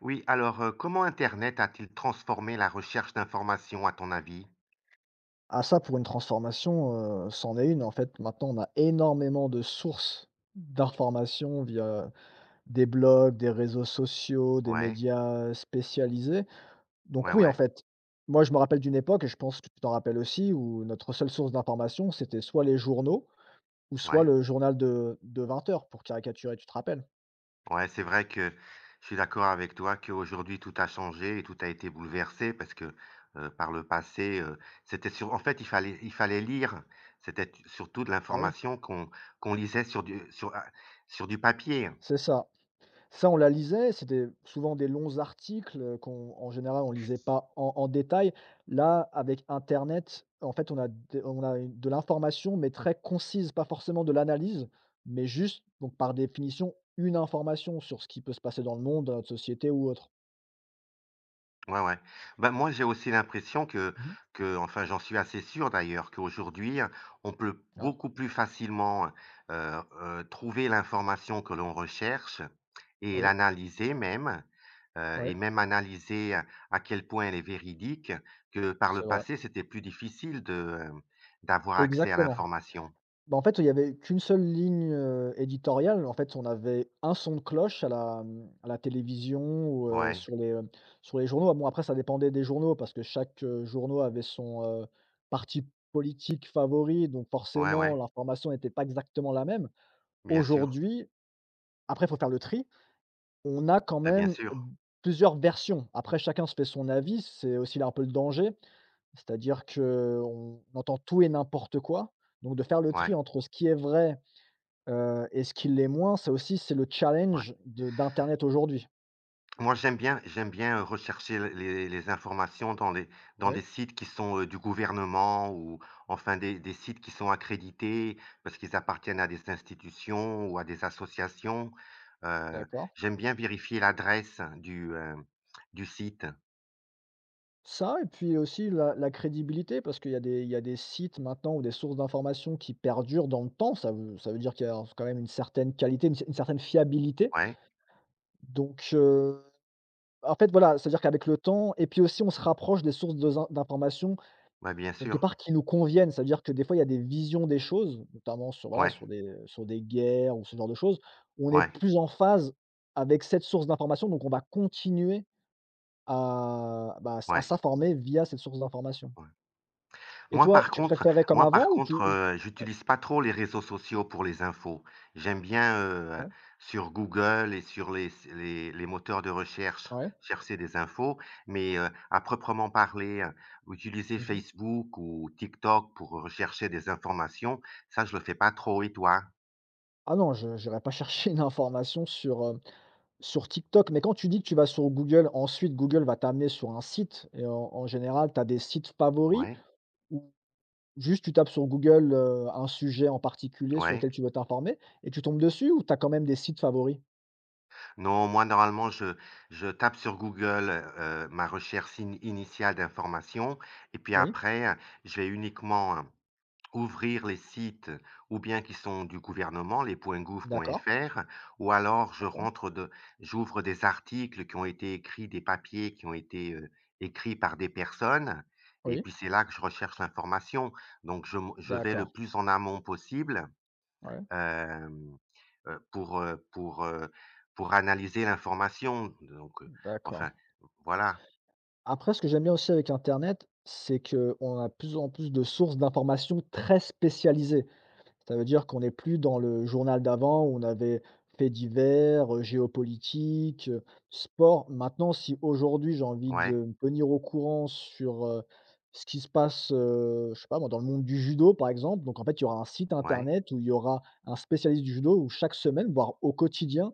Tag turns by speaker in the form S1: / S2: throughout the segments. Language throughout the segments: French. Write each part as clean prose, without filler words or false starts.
S1: Oui, alors, comment internet a-t-il transformé la recherche d'informations à ton avis?
S2: Ah ça, pour une transformation, c'en est une. En fait, maintenant, on a énormément de sources d'informations via des blogs, des réseaux sociaux, des
S1: Ouais,
S2: médias spécialisés.
S1: ouais,
S2: Donc oui, en
S1: ouais,
S2: fait, moi, je me rappelle d'une époque et je pense que tu t'en rappelles aussi, où notre seule source d'information, c'était soit les journaux ou soit
S1: ouais,
S2: le journal de 20 heures pour caricaturer, tu te rappelles?
S1: ouais, c'est vrai que je suis d'accord avec toi qu'aujourd'hui tout a changé et tout a été bouleversé parce que, par le passé, c'était sur en fait, il fallait lire. C'était surtout de
S2: Ah oui,
S1: l'information qu'on lisait sur du sur du papier.
S2: c'est ça. Ça, on la lisait, c'était souvent des longs articles, qu'on en général, on lisait pas en détail. Là, avec internet, en fait, on a une de l'information, mais très concise, pas forcément de l'analyse, mais juste, donc par définition, une information sur ce qui peut se passer dans le monde, dans notre société ou autre.
S1: Ouais, ouais. Ben moi, j'ai aussi l'impression que
S2: Mmh.
S1: que, enfin, j'en suis assez sûr d'ailleurs, qu'aujourd'hui, hein, on peut
S2: Ouais,
S1: beaucoup plus facilement, trouver l'information que l'on recherche et
S2: oui,
S1: l'analyser même,
S2: oui,
S1: et même analyser à quel point elle est véridique, que par
S2: c'est
S1: le
S2: vrai.
S1: passé, c'était plus difficile de, d'avoir accès à
S2: Exactement.
S1: l'information.
S2: Bah, en fait, il y avait qu'une seule ligne, éditoriale. En fait, on avait un son de cloche à la, à la télévision ou,
S1: Ouais,
S2: sur les journaux. Ah bon, après ça dépendait des journaux parce que chaque, journaux avait son, parti politique favori, donc
S1: ouais,
S2: forcément
S1: ouais,
S2: l'information n'était pas exactement la même.
S1: bien sûr.
S2: Aujourd'hui, après il faut faire le tri, on a quand
S1: Bah, bien
S2: même
S1: sûr.
S2: plusieurs versions. Après chacun se fait son avis, c'est aussi là un peu le danger, c'est-à-dire qu'on entend tout et n'importe quoi, donc de faire le
S1: Ouais,
S2: tri entre ce qui est vrai et ce qui l'est moins, c'est aussi c'est le
S1: ouais.
S2: challenge de d'internet aujourd'hui.
S1: Moi, j'aime bien, rechercher l les informations dans les dans des
S2: Oui,
S1: sites qui sont, du gouvernement ou enfin des sites qui sont accrédités parce qu'ils appartiennent à des institutions ou à des associations. Heu,
S2: d'accord.
S1: j'aime bien vérifier l'adresse du site.
S2: Ça et puis aussi la crédibilité parce qu'il y a des sites maintenant ou des sources d'informations qui perdurent dans le temps. Ça veut dire qu'il y a quand même une certaine qualité, une certaine fiabilité
S1: Ouais,
S2: donc en fait, voilà, c'est-à-dire qu'avec le temps et puis aussi on se rapproche des sources de d'informations
S1: ouais, bien
S2: quelque
S1: sûr.
S2: part qui nous conviennent, c'est à dire que des fois il y a des visions des choses, notamment sur, voilà,
S1: Ouais,
S2: sur des guerres ou ce genre de choses, où on est
S1: ouais,
S2: plus en phase avec cette source d'information, donc on va continuer à, bah,
S1: ouais,
S2: s'informer via cette source d'information.
S1: ouais.
S2: Et
S1: Moi,
S2: toi,
S1: par
S2: tu
S1: contre
S2: préférais comme
S1: moi, par
S2: avant ou
S1: contre,
S2: tu ou
S1: j'utilise pas trop les réseaux sociaux pour les infos. J'aime bien,
S2: Ouais,
S1: sur Google et sur les les moteurs de recherche,
S2: ouais,
S1: chercher des infos, mais, à proprement parler, utiliser
S2: mmh.
S1: Facebook ou TikTok pour rechercher des informations, ça, je le fais pas trop et toi?
S2: Ah non, je j'irai pas chercher une information sur, sur TikTok, mais quand tu dis que tu vas sur Google, ensuite Google va t'amener sur un site et en général, tu as des sites favoris?
S1: Ouais,
S2: Juste, tu tapes sur Google, un sujet en particulier sur
S1: ouais.
S2: lequel tu veux t'informer et tu tombes dessus ou tu as quand même des sites favoris?
S1: Non, moi, normalement, je tape sur Google, ma recherche in initiale d'informations et puis
S2: Oui,
S1: après, je vais uniquement hein, ouvrir les sites ou bien qui sont du gouvernement, les
S2: d'accord,
S1: .gouv.fr ou alors je
S2: d'accord,
S1: rentre de j'ouvre des articles qui ont été écrits, des papiers qui ont été, écrits par des personnes et
S2: oui,
S1: puis c'est là que je recherche l'information. Donc je vais le
S2: d'accord,
S1: plus en amont possible,
S2: ouais,
S1: hem, heu, pour, heu pour, heu, pour analyser l'information. Donc,
S2: d'accord.
S1: enfin, voilà.
S2: Après, ce que j'aime bien aussi avec internet, c'est qu'on a de plus en plus de sources d'informations très spécialisées. Ça veut dire qu'on n'est plus dans le journal d'avant où on avait faits divers, géopolitique, sport. Maintenant, si aujourd'hui j'ai envie
S1: Ouais,
S2: de me tenir au courant sur, ce qui se passe, je sais pas moi, dans le monde du judo par exemple, donc en fait, il y aura un site
S1: ouais,
S2: internet où il y aura un spécialiste du judo où chaque semaine, voire au quotidien,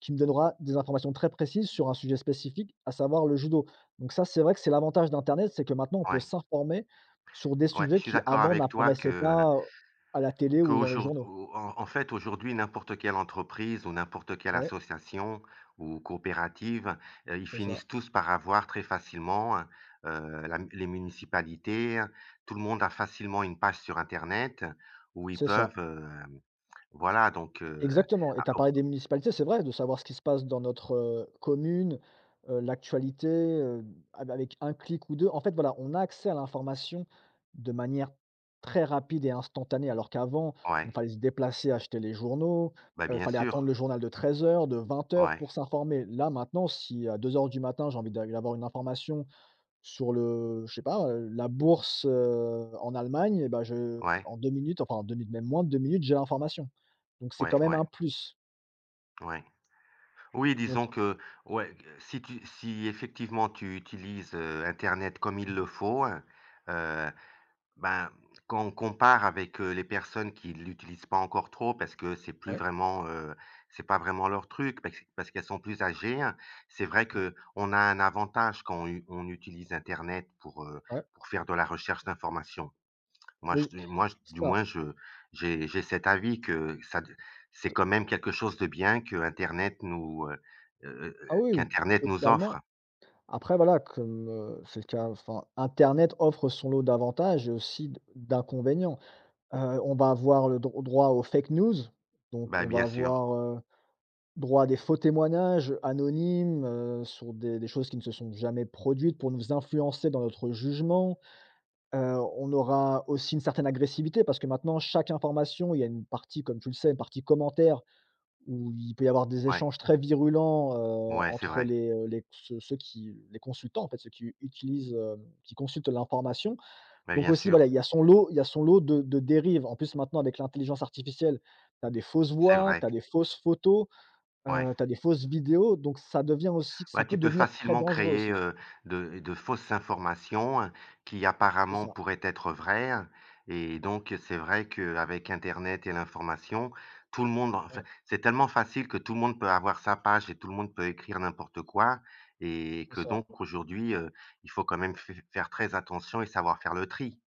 S2: qui me donnera des informations très précises sur un sujet spécifique, à savoir le judo. Donc ça, c'est vrai que c'est l'avantage d'internet, c'est que maintenant on peut
S1: ouais,
S2: s'informer sur des
S1: ouais, je
S2: sujets
S1: suis
S2: qui
S1: d'accord
S2: avant
S1: avec toi que
S2: n'apparaissaient pas à la télé ou dans les
S1: Qu'aujour
S2: journaux.
S1: au en en fait, aujourd'hui, n'importe quelle entreprise ou n'importe quelle
S2: Ouais,
S1: association ou coopérative, ils
S2: c'est ça,
S1: finissent tous par avoir très facilement, la les municipalités, hein, tout le monde a facilement une page sur internet où ils
S2: c'est ça,
S1: peuvent, voilà donc
S2: exactement et
S1: ah
S2: tu as
S1: op,
S2: parlé des municipalités, c'est vrai, de savoir ce qui se passe dans notre, commune, l'actualité, av avec un clic ou 2. En fait, voilà, on a accès à l'information de manière très rapide et instantanée, alors qu'avant,
S1: ouais,
S2: il fallait se déplacer, acheter les journaux,
S1: bah,
S2: il
S1: bien
S2: fallait attendre
S1: sûr,
S2: le journal de 13 heures, de 20 heures
S1: ouais,
S2: pour s'informer. Là, maintenant, si à 2 heures du matin, j'ai envie d'avoir une information sur le je sais pas, la bourse, en Allemagne et bah, je
S1: ouais,
S2: en 2 minutes, enfin en 2 minutes, même moins de 2 minutes, j'ai l'information. Donc c'est
S1: ouais,
S2: quand même
S1: ouais,
S2: un plus.
S1: ouais. Oui,
S2: Donc
S1: disons que ouais, si effectivement tu utilises, internet comme il le
S2: mmh,
S1: faut, heu ben, quand on compare avec, les personnes qui l'utilisent pas encore trop parce que c'est plus
S2: ouais,
S1: vraiment, c'est pas vraiment leur truc, parce qu'elles sont plus âgées, hein, c'est vrai
S2: mmh,
S1: que on a un avantage quand on utilise internet
S2: ouais,
S1: pour faire de la recherche d'informations.
S2: oui,
S1: Moi je du
S2: ça.
S1: moins je j'ai cet avis que ça c'est quand même quelque chose de bien que Internet nous,
S2: Ah oui, oui,
S1: qu'internet nous offre.
S2: totalement. Après voilà, comme, c'est le cas enfin, internet offre son lot d'avantages et aussi d'inconvénients. On va avoir le droit aux fake news, donc
S1: Ben,
S2: on va
S1: bien sûr.
S2: avoir, droit à des faux témoignages anonymes, sur des choses qui ne se sont jamais produites pour nous influencer dans notre jugement. Heu, on aura aussi une certaine agressivité parce que maintenant chaque information, il y a une partie, comme tu le sais, une partie commentaire où il peut y avoir des
S1: Ouais,
S2: échanges très virulents,
S1: ouais, c'est
S2: entre
S1: vrai.
S2: les ceux qui les consultants en fait, ceux qui utilisent, qui consultent l'information.
S1: Bah,
S2: Donc
S1: bien
S2: aussi voilà,
S1: sûr,
S2: il y a son lot il y a son lot de dérives. En plus maintenant avec l'intelligence artificielle, tu as des fausses
S1: c'est
S2: voix,
S1: vrai,
S2: tu as des fausses photos.
S1: ouais.
S2: Tu as des fausses vidéos, donc ça devient aussi ça
S1: Ouais, tu
S2: peut
S1: peux
S2: devenir très
S1: facilement
S2: dangereux
S1: créer,
S2: aussi.
S1: de fausses informations hein, qui
S2: C'est
S1: apparemment
S2: ça.
S1: pourraient être vraies hein. Et donc c'est vrai qu'avec internet et l'information, tout le monde enfin,
S2: Ouais.
S1: c'est tellement facile que tout le monde peut avoir sa page et tout le monde peut écrire n'importe quoi et
S2: C'est
S1: que
S2: ça.
S1: donc aujourd'hui, il faut quand même f faire très attention et savoir faire le tri.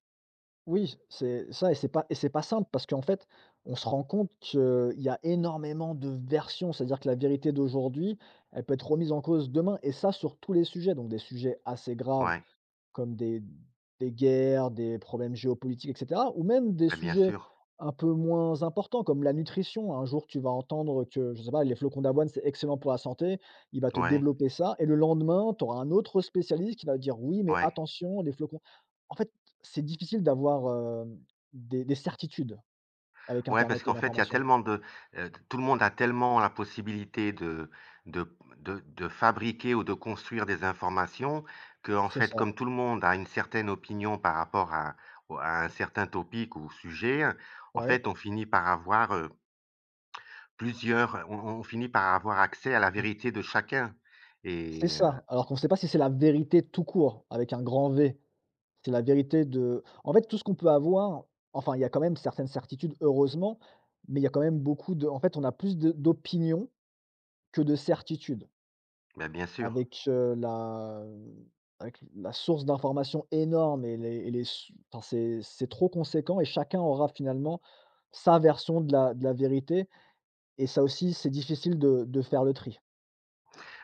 S2: Oui, c'est ça et c'est pas simple parce qu'en fait, on se rend compte qu'il y a énormément de versions. C'est-à-dire que la vérité d'aujourd'hui, elle peut être remise en cause demain et ça sur tous les sujets, donc des sujets assez graves
S1: Ouais,
S2: comme des guerres, des problèmes géopolitiques et cetera ou même des
S1: bah, bien
S2: sujets
S1: sûr.
S2: un peu moins importants comme la nutrition. Un jour, tu vas entendre que, je sais pas, les flocons d'avoine, c'est excellent pour la santé. Il va te
S1: Ouais,
S2: développer ça et le lendemain, tu auras un autre spécialiste qui va te dire: «Oui, mais
S1: ouais.
S2: attention, les flocons» en fait, c'est difficile d'avoir, des certitudes avec
S1: Ouais, parce
S2: internet et
S1: qu'en fait, il y a
S2: l'information.
S1: tellement de, tout le monde a tellement la possibilité de de fabriquer ou de construire des informations que en
S2: C'est
S1: fait,
S2: ça.
S1: comme tout le monde a une certaine opinion par rapport à au à un certain topic ou sujet, hein, en
S2: Ouais.
S1: fait, on finit par avoir, plusieurs, on finit par avoir accès à la
S2: Mmh.
S1: vérité de chacun
S2: C'est
S1: et
S2: ça, alors qu'on ne sait pas si c'est la vérité tout court avec un grand V. C'est la vérité de en fait, tout ce qu'on peut avoir enfin, il y a quand même certaines certitudes, heureusement, mais il y a quand même beaucoup de en fait, on a plus de d'opinions que de certitudes
S1: bah, bien sûr.
S2: avec, avec la source d'informations énorme et les s enfin, c'est trop conséquent et chacun aura finalement sa version de la vérité et ça aussi, c'est difficile de faire le tri.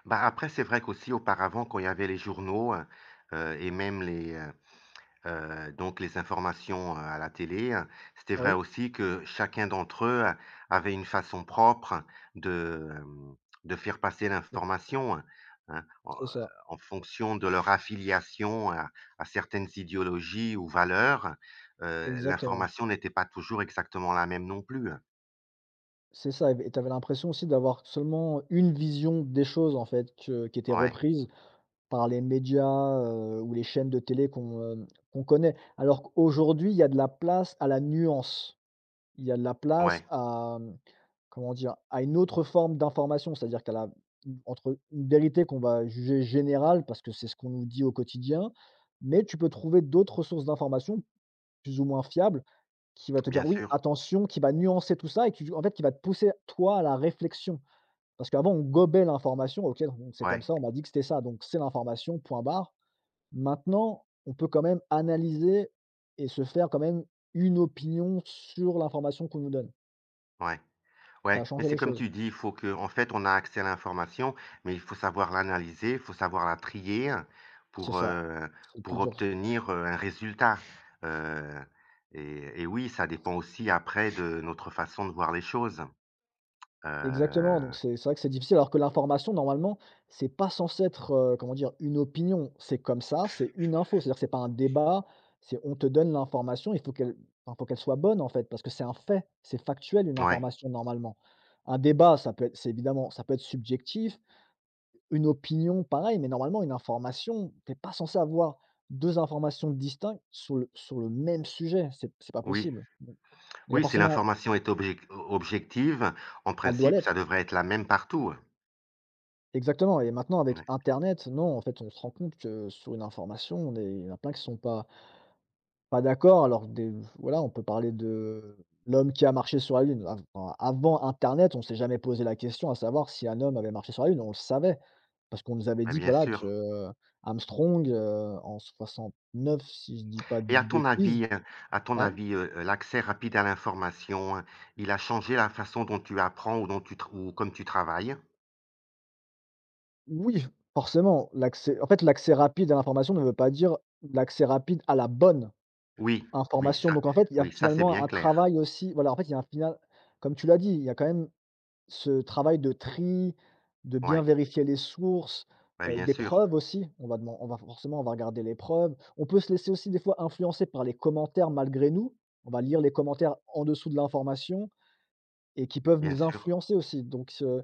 S1: Bah, après, c'est vrai qu'aussi auparavant, quand il y avait les journaux, et même donc les informations, à la télé. C'était vrai
S2: Oui,
S1: aussi que chacun d'entre eux avait une façon propre de, de faire passer l'information, hein, hein,
S2: c'est ça,
S1: en fonction de leur affiliation à certaines idéologies ou valeurs.
S2: exactement.
S1: L'information n'était pas toujours exactement la même non plus. Hein.
S2: C'est ça, et tu avais l'impression aussi d'avoir seulement une vision des choses en fait que qui était
S1: Ouais,
S2: reprise par les médias, ou les chaînes de télé qu'on, qu'on connaît. Alors qu'aujourd'hui, il y a de la place à la nuance. Il y a de la place
S1: ouais,
S2: à, comment dire? À une autre forme d'information, c'est-à-dire entre une vérité qu'on va juger générale parce que c'est ce qu'on nous dit au quotidien, mais tu peux trouver d'autres sources d'informations plus ou moins fiables qui va te
S1: bien
S2: dire: «Oui,
S1: sûr,
S2: attention», qui va nuancer tout ça et qui en fait, qui va te pousser toi à la réflexion. Parce qu'avant on gobait l'information, OK, donc c'est
S1: ouais,
S2: comme ça, on m'a dit que c'était ça, donc c'est l'information, point barre. Maintenant, on peut quand même analyser et se faire quand même une opinion sur l'information qu'on nous donne.
S1: ouais.
S2: Ça a
S1: Ouais, mais
S2: changé
S1: c'est
S2: les
S1: comme
S2: choses.
S1: tu dis, il faut que, en fait, on a accès à l'information, mais il faut savoir l'analyser, il faut savoir la trier
S2: C'est
S1: pour,
S2: ça,
S1: heu,
S2: c'est le plus
S1: pour
S2: dur.
S1: obtenir, un résultat, heu et oui, ça dépend aussi après de notre façon de voir les choses.
S2: Exactement,
S1: Heu,
S2: donc c'est vrai que c'est difficile alors que l'information normalement, c'est pas censé être, comment dire? Une opinion. C'est comme ça, c'est une info, c'est-à-dire que c'est pas un débat, c'est on te donne l'information, il faut qu'elle enfin, faut qu'elle soit bonne en fait, parce que c'est un fait, c'est factuel une
S1: ouais,
S2: information normalement. Un débat, ça peut être c'est évidemment ça peut être subjectif, une opinion pareil, mais normalement une information, t'es pas censé avoir 2 informations distinctes sur le même sujet, c'est pas
S1: oui.
S2: possible. Donc, il y a
S1: Oui, si
S2: forcément
S1: l'information est objective, en
S2: elle doit
S1: principe, ça
S2: l'être.
S1: devrait être la même partout.
S2: Exactement et maintenant avec
S1: Ouais,
S2: internet, non, en fait, on se rend compte que sur une information, on est il y en a plein qui sont pas d'accord alors que des voilà, on peut parler de l'homme qui a marché sur la lune. Av enfin, avant internet, on s'est jamais posé la question à savoir si un homme avait marché sur la lune, on le savait parce qu'on nous avait
S1: bah,
S2: dit que
S1: bien
S2: voilà, que
S1: sûr.
S2: Armstrong, en 69 si je dis pas de
S1: Et à ton
S2: bêtises.
S1: avis,
S2: Ouais,
S1: l'accès rapide à l'information, hein, il a changé la façon dont tu apprends ou dont tu tra ou comme tu travailles?
S2: oui, forcément, l'accès rapide à l'information ne veut pas dire l'accès rapide à la bonne
S1: Oui, oui,
S2: information,
S1: ça
S2: donc en fait, il y a
S1: oui, ça, c'est
S2: finalement
S1: bien
S2: un
S1: clair.
S2: travail aussi voilà, en fait, il y a un final comme tu l'as dit, il y a quand même ce travail de tri, de bien
S1: Ouais,
S2: vérifier les sources,
S1: bah,
S2: des preuves aussi. On va deman on va forcément, on va regarder les preuves. On peut se laisser aussi des fois influencer par les commentaires malgré nous. On va lire les commentaires en dessous de l'information et qui peuvent
S1: bien
S2: nous
S1: sûr,
S2: influencer aussi, donc ce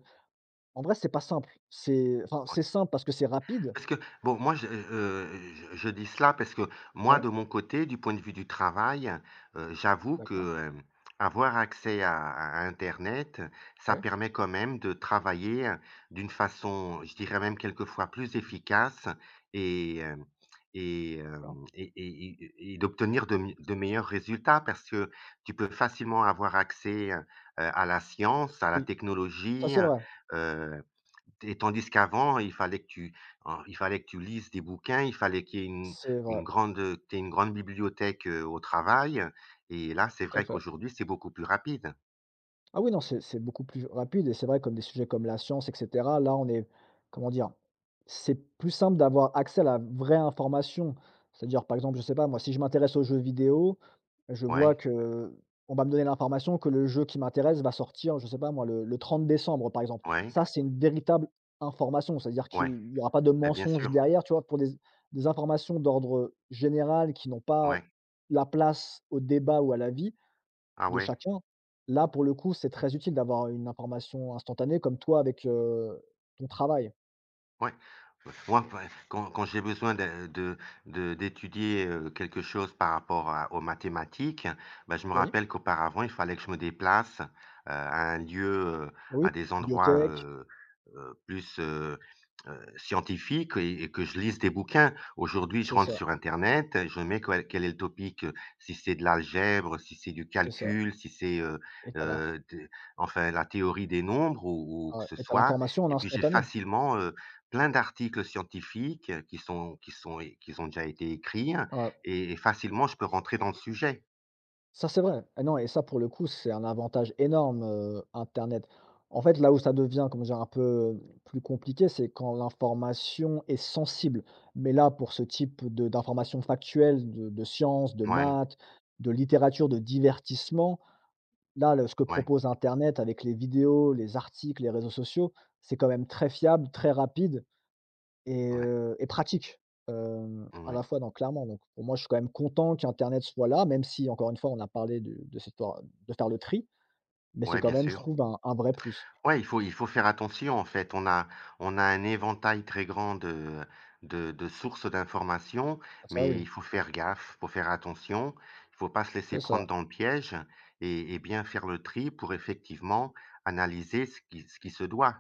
S2: en vrai, c'est pas simple. C'est enfin,
S1: ouais.
S2: c'est simple parce que c'est rapide.
S1: Parce que bon, moi, je dis cela parce que moi,
S2: Ouais,
S1: de mon côté, du point de vue du travail, j'avoue
S2: d'accord.
S1: que, avoir accès à internet, ça
S2: Oui,
S1: permet quand même de travailler d'une façon, je dirais même quelquefois plus efficace et hem et
S2: d'accord.
S1: hem et d'obtenir de meilleurs résultats parce que tu peux facilement avoir accès, à la science, à la
S2: Oui, ça
S1: technologie,
S2: c'est vrai.
S1: heu et tandis qu'avant, il fallait que tu lises des bouquins, il fallait qu'il y ait
S2: C'est
S1: une
S2: vrai,
S1: grande, que tu une grande bibliothèque, au travail et là, c'est
S2: tout à
S1: vrai
S2: fait.
S1: qu'aujourd'hui, c'est beaucoup plus rapide.
S2: Ah oui, non, c'est beaucoup plus rapide et c'est vrai comme des sujets comme la science et cetera, là, on est comment dire? C'est plus simple d'avoir accès à la vraie information. C'est-à-dire, par exemple, je sais pas moi, si je m'intéresse aux jeux vidéo, je vois
S1: Ouais,
S2: que on va me donner l'information que le jeu qui m'intéresse va sortir, je sais pas moi, le 30 décembre, par exemple.
S1: ouais,
S2: Ça, c'est une véritable information, c'est-à-dire
S1: ouais,
S2: qu'il y aura pas de
S1: bah, bien
S2: mensonge
S1: sûr,
S2: derrière, tu vois? Pour des informations d'ordre général qui n'ont pas
S1: ouais.
S2: la place au débat ou à la vie
S1: Ah
S2: de
S1: ouais.
S2: chacun. Là, pour le coup, c'est très utile d'avoir une information instantanée comme toi avec, ton travail.
S1: Ouais. Ouais, moi, enfin, quand j'ai besoin de d'étudier, quelque chose par rapport à aux mathématiques, bah, je me
S2: Oui.
S1: rappelle qu'auparavant, il fallait que je me déplace, à un lieu, heu,
S2: Oui,
S1: à des endroits,
S2: bibliothèque,
S1: plus, scientifiques et que je lise des bouquins. Aujourd'hui, je
S2: c'est
S1: rentre
S2: ça,
S1: sur internet, je mets quel est le topic, si c'est de l'algèbre, si c'est du
S2: c'est ça
S1: calcul, si c'est,
S2: et t'as l'inf
S1: de enfin la théorie des nombres ou que
S2: ouais
S1: ce
S2: et tu
S1: soit
S2: l'information en
S1: et puis j'ai
S2: instantané.
S1: facilement, plein d'articles scientifiques, qui sont é qui ont déjà été écrits hein,
S2: Ouais,
S1: et facilement je peux rentrer dans le sujet.
S2: ça, c'est vrai. Ah non et ça, pour le coup, c'est un avantage énorme, internet. En fait, là où ça devient, comment dire, un peu plus compliqué, c'est quand l'information est sensible. Mais là, pour ce type de d'informations factuelles, de sciences, de
S1: Ouais,
S2: maths, de littérature, de divertissement. Là, le ce que
S1: ouais,
S2: propose internet avec les vidéos, les articles, les réseaux sociaux, c'est quand même très fiable, très rapide et
S1: ouais,
S2: heu et pratique, à
S1: ouais,
S2: la fois, donc clairement, donc pour moi, je suis quand même content qu'internet soit là, même si encore une fois, on a parlé de cette histoire de faire le tri, mais c'est
S1: ouais,
S2: quand
S1: bien
S2: même, je
S1: sûr.
S2: trouve, un vrai plus.
S1: Ouais, il faut faire attention en fait. On a un éventail très grand de sources d'informations,
S2: Ça
S1: mais il
S2: oui,
S1: faut faire gaffe, faut faire attention. Il faut pas se laisser
S2: c'est ça,
S1: prendre dans le piège et bien faire le tri pour effectivement analyser ce qui se doit.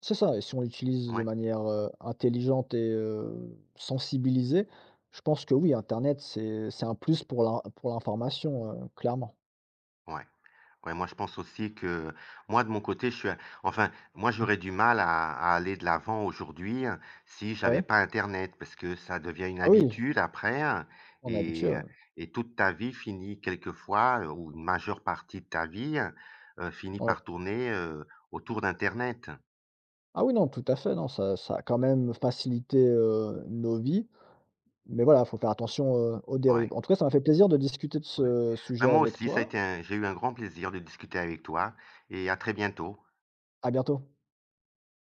S2: c'est ça et si on l'utilise de
S1: Ouais,
S2: manière, intelligente et sensibilisée, je pense que oui, internet, c'est un plus pour l'in pour l'information, clairement.
S1: ouais. Ouais, moi je pense aussi que moi de mon côté, je suis un enfin, moi
S2: Mmh.
S1: j'aurais du mal à aller de l'avant aujourd'hui, hein, si j'avais
S2: Ouais.
S1: pas internet parce que ça devient une
S2: Ah oui,
S1: habitude après, hein,
S2: on est habitué,
S1: et
S2: ouais.
S1: et toute ta vie finit quelquefois, ou une majeure partie de ta vie, hein, finit
S2: Ouais.
S1: par tourner, autour d'internet.
S2: Ah oui, non, tout à fait, non, ça a quand même facilité, nos vies, mais voilà, il faut faire attention, aux
S1: Ouais,
S2: dérives. En tout cas, ça m'a fait plaisir de discuter de
S1: ouais.
S2: ce
S1: Bah,
S2: sujet
S1: moi
S2: avec
S1: aussi, ça a
S2: toi.
S1: été un j'ai eu un grand plaisir de discuter avec toi et à très bientôt.
S2: À bientôt.